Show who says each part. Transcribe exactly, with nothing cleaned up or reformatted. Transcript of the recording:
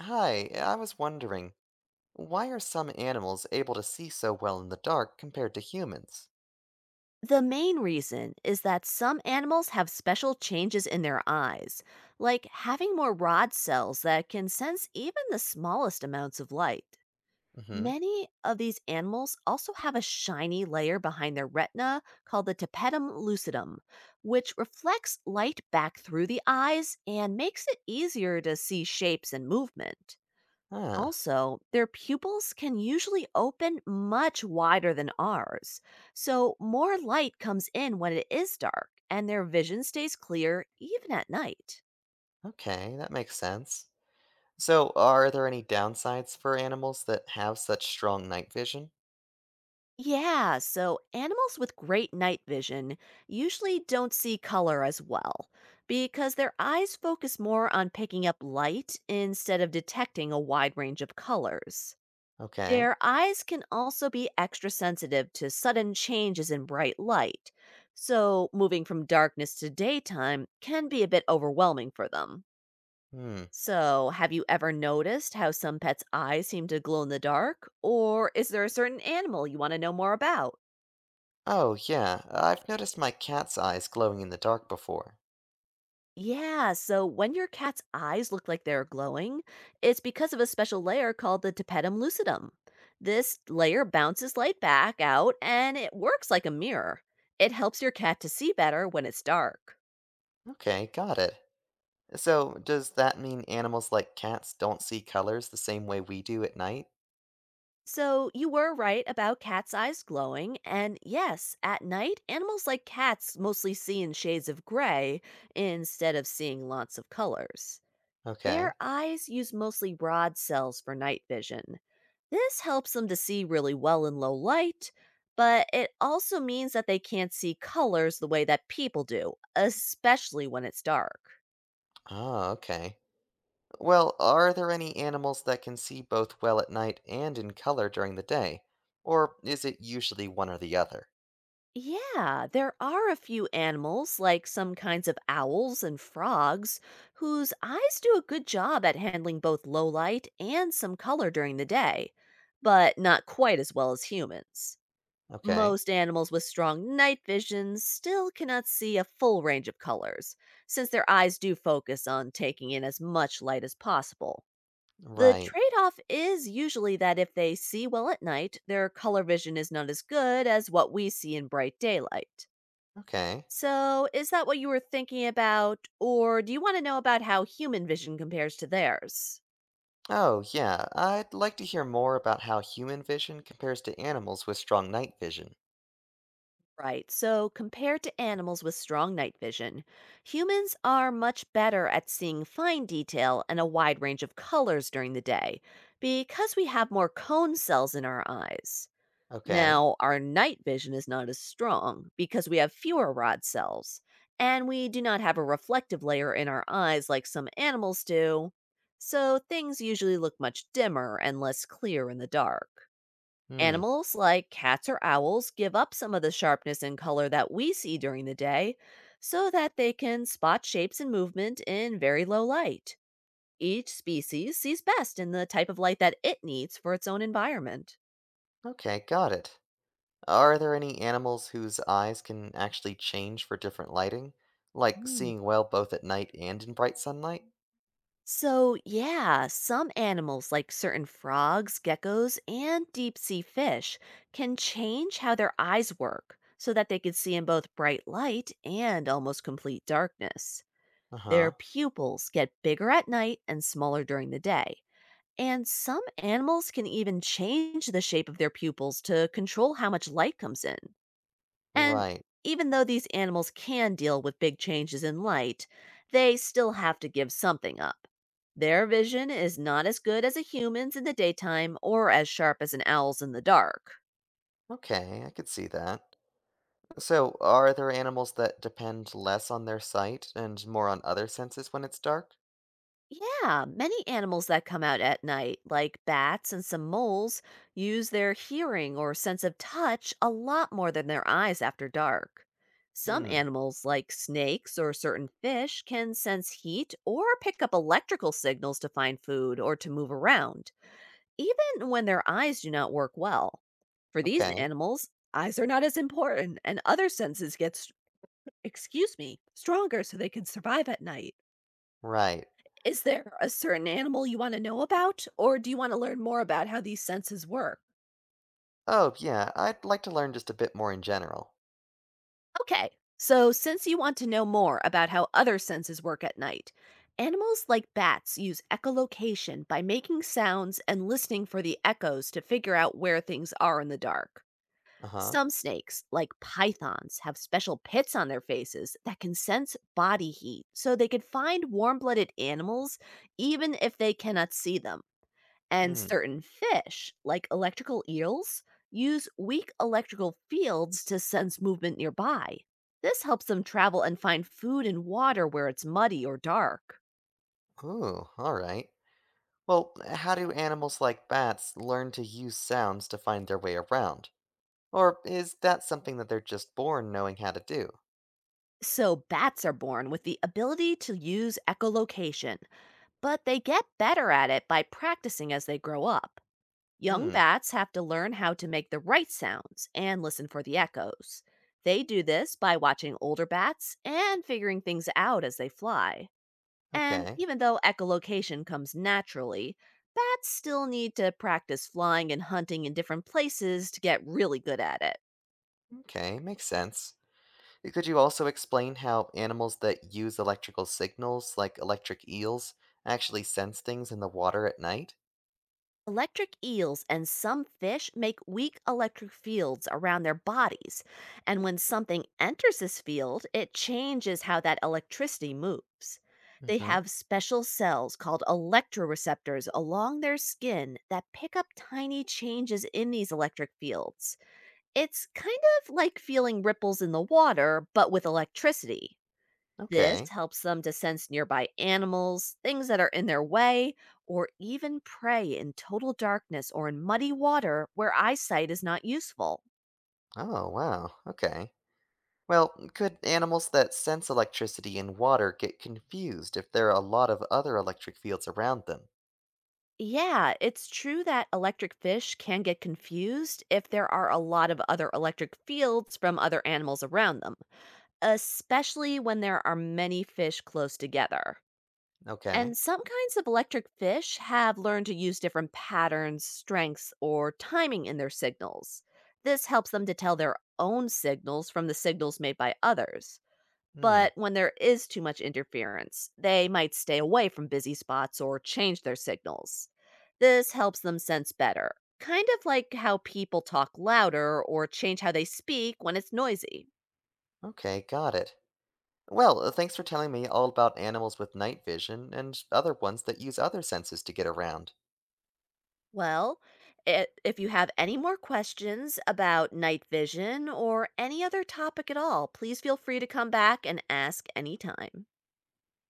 Speaker 1: Hi, I was wondering, why are some animals able to see so well in the dark compared to humans?
Speaker 2: The main reason is that some animals have special changes in their eyes, like having more rod cells that can sense even the smallest amounts of light.
Speaker 1: Mm-hmm.
Speaker 2: Many of these animals also have a shiny layer behind their retina called the tapetum lucidum, which reflects light back through the eyes and makes it easier to see shapes and movement.
Speaker 1: Huh.
Speaker 2: Also, their pupils can usually open much wider than ours, so more light comes in when it is dark, and their vision stays clear even at night.
Speaker 1: Okay, that makes sense. So, are there any downsides for animals that have such strong night vision?
Speaker 2: Yeah, so animals with great night vision usually don't see color as well because their eyes focus more on picking up light instead of detecting a wide range of colors.
Speaker 1: Okay.
Speaker 2: Their eyes can also be extra sensitive to sudden changes in bright light, so moving from darkness to daytime can be a bit overwhelming for them.
Speaker 1: Hmm.
Speaker 2: So, have you ever noticed how some pets' eyes seem to glow in the dark? Or is there a certain animal you want to know more about?
Speaker 1: Oh, yeah, I've noticed my cat's eyes glowing in the dark before.
Speaker 2: Yeah, so when your cat's eyes look like they're glowing, it's because of a special layer called the tapetum lucidum. This layer bounces light back out and it works like a mirror. It helps your cat to see better when it's dark.
Speaker 1: Okay, got it. So, does that mean animals like cats don't see colors the same way we do at night?
Speaker 2: So, you were right about cat's eyes glowing, and yes, at night, animals like cats mostly see in shades of gray instead of seeing lots of colors.
Speaker 1: Okay.
Speaker 2: Their eyes use mostly rod cells for night vision. This helps them to see really well in low light, but it also means that they can't see colors the way that people do, especially when it's dark.
Speaker 1: Oh, okay. Well, are there any animals that can see both well at night and in color during the day? Or is it usually one or the other?
Speaker 2: Yeah, there are a few animals, like some kinds of owls and frogs, whose eyes do a good job at handling both low light and some color during the day, but not quite as well as humans.
Speaker 1: Okay,
Speaker 2: Most animals with strong night vision still cannot see a full range of colors, since their eyes do focus on taking in as much light as possible. The
Speaker 1: right,
Speaker 2: trade off is usually that if they see well at night, their color vision is not as good as what we see in bright daylight.
Speaker 1: okay.
Speaker 2: So, is that what you were thinking about, or do you want to know about how human vision compares to theirs?
Speaker 1: Oh, yeah, I'd like to hear more about how human vision compares to animals with strong night vision.
Speaker 2: Right, so compared to animals with strong night vision, humans are much better at seeing fine detail and a wide range of colors during the day because we have more cone cells in our eyes.
Speaker 1: Okay,
Speaker 2: Now, our night vision is not as strong because we have fewer rod cells, and we do not have a reflective layer in our eyes like some animals do, so things usually look much dimmer and less clear in the dark.
Speaker 1: hmm,
Speaker 2: Animals like cats or owls give up some of the sharpness and color that we see during the day so that they can spot shapes and movement in very low light. Each species sees best in the type of light that it needs for its own environment.
Speaker 1: okay, got it. Are there any animals whose eyes can actually change for different lighting? Like
Speaker 2: Hmm.
Speaker 1: seeing well both at night and in bright sunlight?
Speaker 2: So, yeah, some animals like certain frogs, geckos, and deep sea fish can change how their eyes work so that they can see in both bright light and almost complete darkness.
Speaker 1: Uh
Speaker 2: Their
Speaker 1: huh,
Speaker 2: pupils get bigger at night and smaller during the day. And some animals can even change the shape of their pupils to control how much light comes in. And
Speaker 1: right,
Speaker 2: even though these animals can deal with big changes in light, they still have to give something up. Their vision is not as good as a human's in the daytime or as sharp as an owl's in the dark.
Speaker 1: okay, I could see that. So, are there animals that depend less on their sight and more on other senses when it's dark?
Speaker 2: Yeah, many animals that come out at night, like bats and some moles, use their hearing or sense of touch a lot more than their eyes after dark. Some
Speaker 1: Hmm,
Speaker 2: animals, like snakes or certain fish, can sense heat or pick up electrical signals to find food or to move around, even when their eyes do not work well. For these
Speaker 1: okay,
Speaker 2: animals, eyes are not as important, and other senses get, s- excuse me, stronger so they can survive at night.
Speaker 1: right.
Speaker 2: Is there a certain animal you want to know about, or do you want to learn more about how these senses work?
Speaker 1: Oh, yeah, I'd like to learn just a bit more in general.
Speaker 2: Okay, so since you want to know more about how other senses work at night, animals like bats use echolocation by making sounds and listening for the echoes to figure out where things are in the dark.
Speaker 1: Uh-huh.
Speaker 2: Some snakes, like pythons, have special pits on their faces that can sense body heat so they can find warm blooded animals even if they cannot see them. And
Speaker 1: Hmm.
Speaker 2: certain fish, like electrical eels, use weak electrical fields to sense movement nearby. This helps them travel and find food and water where it's muddy or dark.
Speaker 1: Ooh, all right. Well, how do animals like bats learn to use sounds to find their way around? Or is that something that they're just born knowing how to do?
Speaker 2: So, bats are born with the ability to use echolocation, but they get better at it by practicing as they grow up. Young
Speaker 1: Hmm,
Speaker 2: bats have to learn how to make the right sounds and listen for the echoes. They do this by watching older bats and figuring things out as they fly. And
Speaker 1: okay.
Speaker 2: even though echolocation comes naturally, bats still need to practice flying and hunting in different places to get really good at it.
Speaker 1: Okay, makes sense. Uh, Could you also explain how animals that use electrical signals, like electric eels, actually sense things in the water at night?
Speaker 2: Electric eels and some fish make weak electric fields around their bodies, and when something enters this field, it changes how that electricity moves. They
Speaker 1: Hmm.
Speaker 2: have special cells called electroreceptors along their skin that pick up tiny changes in these electric fields. It's kind of like feeling ripples in the water, but with electricity. This
Speaker 1: Okay.
Speaker 2: helps them to sense nearby animals, things that are in their way, or even prey in total darkness or in muddy water where eyesight is not useful.
Speaker 1: Oh, wow. Okay. Well, could animals that sense electricity in water get confused if there are a lot of other electric fields around them?
Speaker 2: Yeah, it's true that electric fish can get confused if there are a lot of other electric fields from other animals around them, especially when there are many fish close together.
Speaker 1: Okay.
Speaker 2: And some kinds of electric fish have learned to use different patterns, strengths, or timing in their signals. This helps them to tell their own signals from the signals made by others.
Speaker 1: Hmm.
Speaker 2: But when there is too much interference, they might stay away from busy spots or change their signals. This helps them sense better, kind of like how people talk louder or change how they speak when it's noisy.
Speaker 1: Okay, got it. Well, uh, thanks for telling me all about animals with night vision and other ones that use other senses to get around.
Speaker 2: Well, I if you have any more questions about night vision or any other topic at all, please feel free to come back and ask anytime.